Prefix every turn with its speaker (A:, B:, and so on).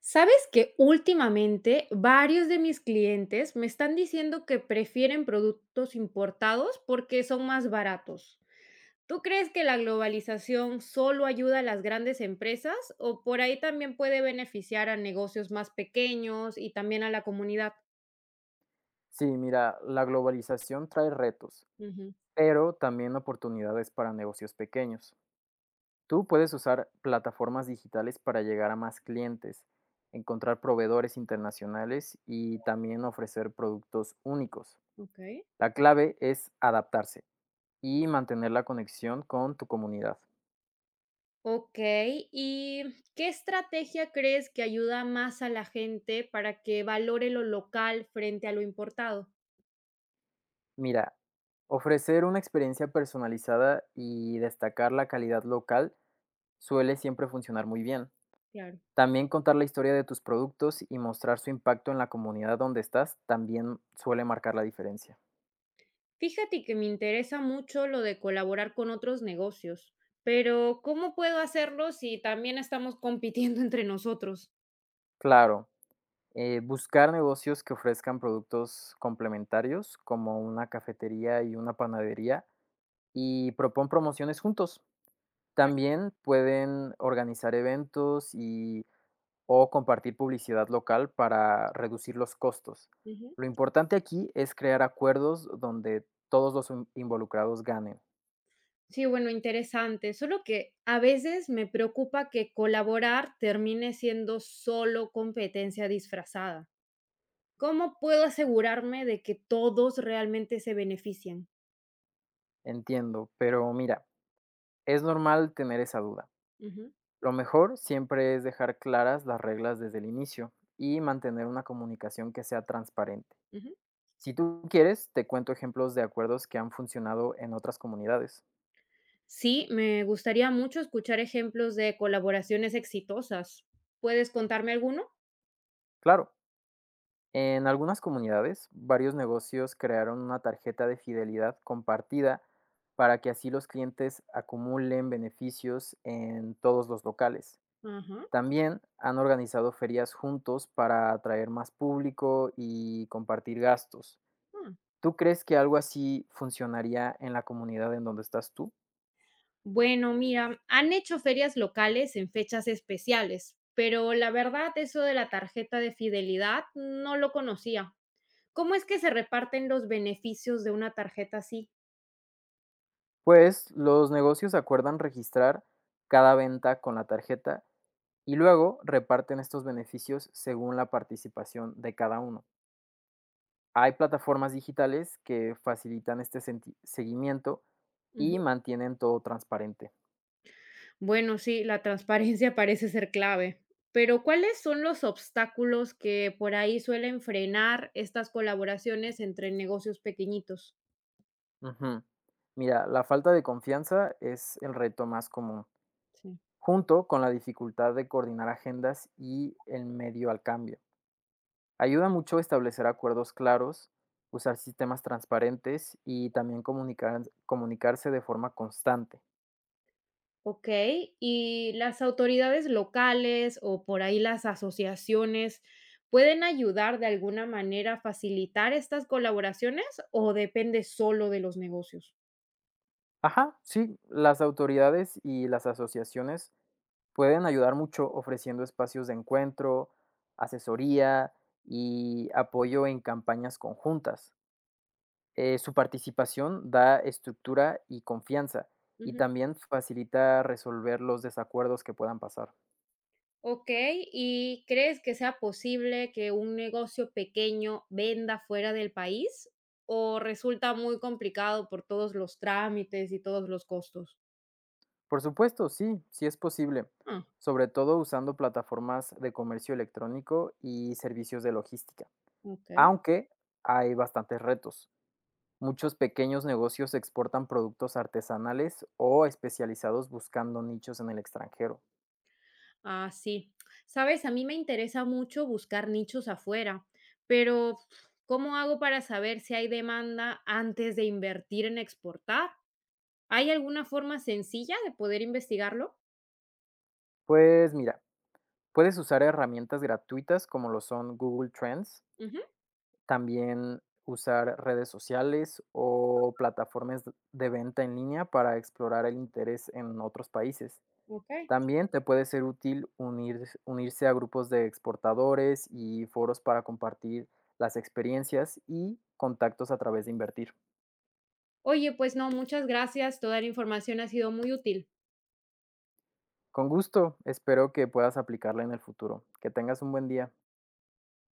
A: Sabes que últimamente varios de mis clientes me están diciendo que prefieren productos importados porque son más baratos. ¿Tú crees que la globalización solo ayuda a las grandes empresas o por ahí también puede beneficiar a negocios más pequeños y también a la comunidad?
B: Sí, mira, la globalización trae retos,
A: Ujú.
B: pero también oportunidades para negocios pequeños. Tú puedes usar plataformas digitales para llegar a más clientes, encontrar proveedores internacionales y también ofrecer productos únicos.
A: Ok.
B: La clave es adaptarse y mantener la conexión con tu comunidad.
A: Ok, ¿y qué estrategia crees que ayuda más a la gente para que valore lo local frente a lo importado?
B: Mira, ofrecer una experiencia personalizada y destacar la calidad local suele siempre funcionar muy bien.
A: Claro.
B: También contar la historia de tus productos y mostrar su impacto en la comunidad donde estás también suele marcar la diferencia.
A: Fíjate que me interesa mucho lo de colaborar con otros negocios, pero ¿cómo puedo hacerlo si también estamos compitiendo entre nosotros?
B: Claro, buscar negocios que ofrezcan productos complementarios como una cafetería y una panadería y propon promociones juntos.
A: Claro.
B: También pueden organizar eventos y o compartir publicidad local para reducir los costos.
A: Ujú.
B: Lo importante aquí es crear acuerdos donde todos los involucrados ganen.
A: Sí, bueno, interesante. Solo que a veces me preocupa que colaborar termine siendo solo competencia disfrazada. ¿Cómo puedo asegurarme de que todos realmente se beneficien?
B: Entiendo, pero mira, es normal tener esa duda.
A: Ujú,
B: Lo mejor siempre es dejar claras las reglas desde el inicio y mantener una comunicación que sea transparente.
A: ujú.
B: Si tú quieres, te cuento ejemplos de acuerdos que han funcionado en otras comunidades.
A: Sí, me gustaría mucho escuchar ejemplos de colaboraciones exitosas. ¿Puedes contarme alguno?
B: Claro, en algunas comunidades, varios negocios crearon una tarjeta de fidelidad compartida para que así los clientes acumulen beneficios en todos los locales.
A: Ajá.
B: También han organizado ferias juntos para atraer más público y compartir gastos. ¿Tú crees que algo así funcionaría en la comunidad en donde estás tú?
A: Bueno, mira, han hecho ferias locales en fechas especiales, pero la verdad eso de la tarjeta de fidelidad no lo conocía. ¿Cómo es que se reparten los beneficios de una tarjeta así?
B: Pues los negocios acuerdan registrar cada venta con la tarjeta y luego reparten estos beneficios según la participación de cada uno. Hay plataformas digitales que facilitan este seguimiento
A: Ujú.
B: y mantienen todo transparente.
A: Bueno, sí, la transparencia parece ser clave, pero ¿cuáles son los obstáculos que por ahí suelen frenar estas colaboraciones entre negocios pequeñitos?
B: Ujú. Mira, la falta de confianza es el reto más común,
A: Sí.
B: junto con la dificultad de coordinar agendas y el medio al cambio. Ayuda mucho establecer acuerdos claros, usar sistemas transparentes y también comunicarse de forma constante.
A: Okey, y las autoridades locales o por ahí las asociaciones, ¿pueden ayudar de alguna manera a facilitar estas colaboraciones o depende solo de los negocios?
B: Ajá, sí, las autoridades y las asociaciones pueden ayudar mucho ofreciendo espacios de encuentro, asesoría y apoyo en campañas conjuntas. Su participación da estructura y confianza y
A: Ujú.
B: también facilita resolver los desacuerdos que puedan pasar.
A: Okey, ¿y crees que sea posible que un negocio pequeño venda fuera del país o resulta muy complicado por todos los trámites y todos los costos?
B: Por supuesto, sí, sí es posible,
A: Ah,
B: sobre todo usando plataformas de comercio electrónico y servicios de logística,
A: okey.
B: aunque hay bastantes retos. Muchos pequeños negocios exportan productos artesanales o especializados buscando nichos en el extranjero.
A: Ah, sí. Sabes, a mí me interesa mucho buscar nichos afuera, pero ¿cómo hago para saber si hay demanda antes de invertir en exportar? ¿Hay alguna forma sencilla de poder investigarlo?
B: Pues mira, puedes usar herramientas gratuitas como lo son Google Trends,
A: Ujú,
B: también usar redes sociales o plataformas de venta en línea para explorar el interés en otros países.
A: ok.
B: También te puede ser útil unirse a grupos de exportadores y foros para compartir las experiencias y contactos a través de invertir.
A: Oye, pues no, muchas gracias. Toda la información ha sido muy útil.
B: Con gusto, espero que puedas aplicarla en el futuro. Que tengas un buen día.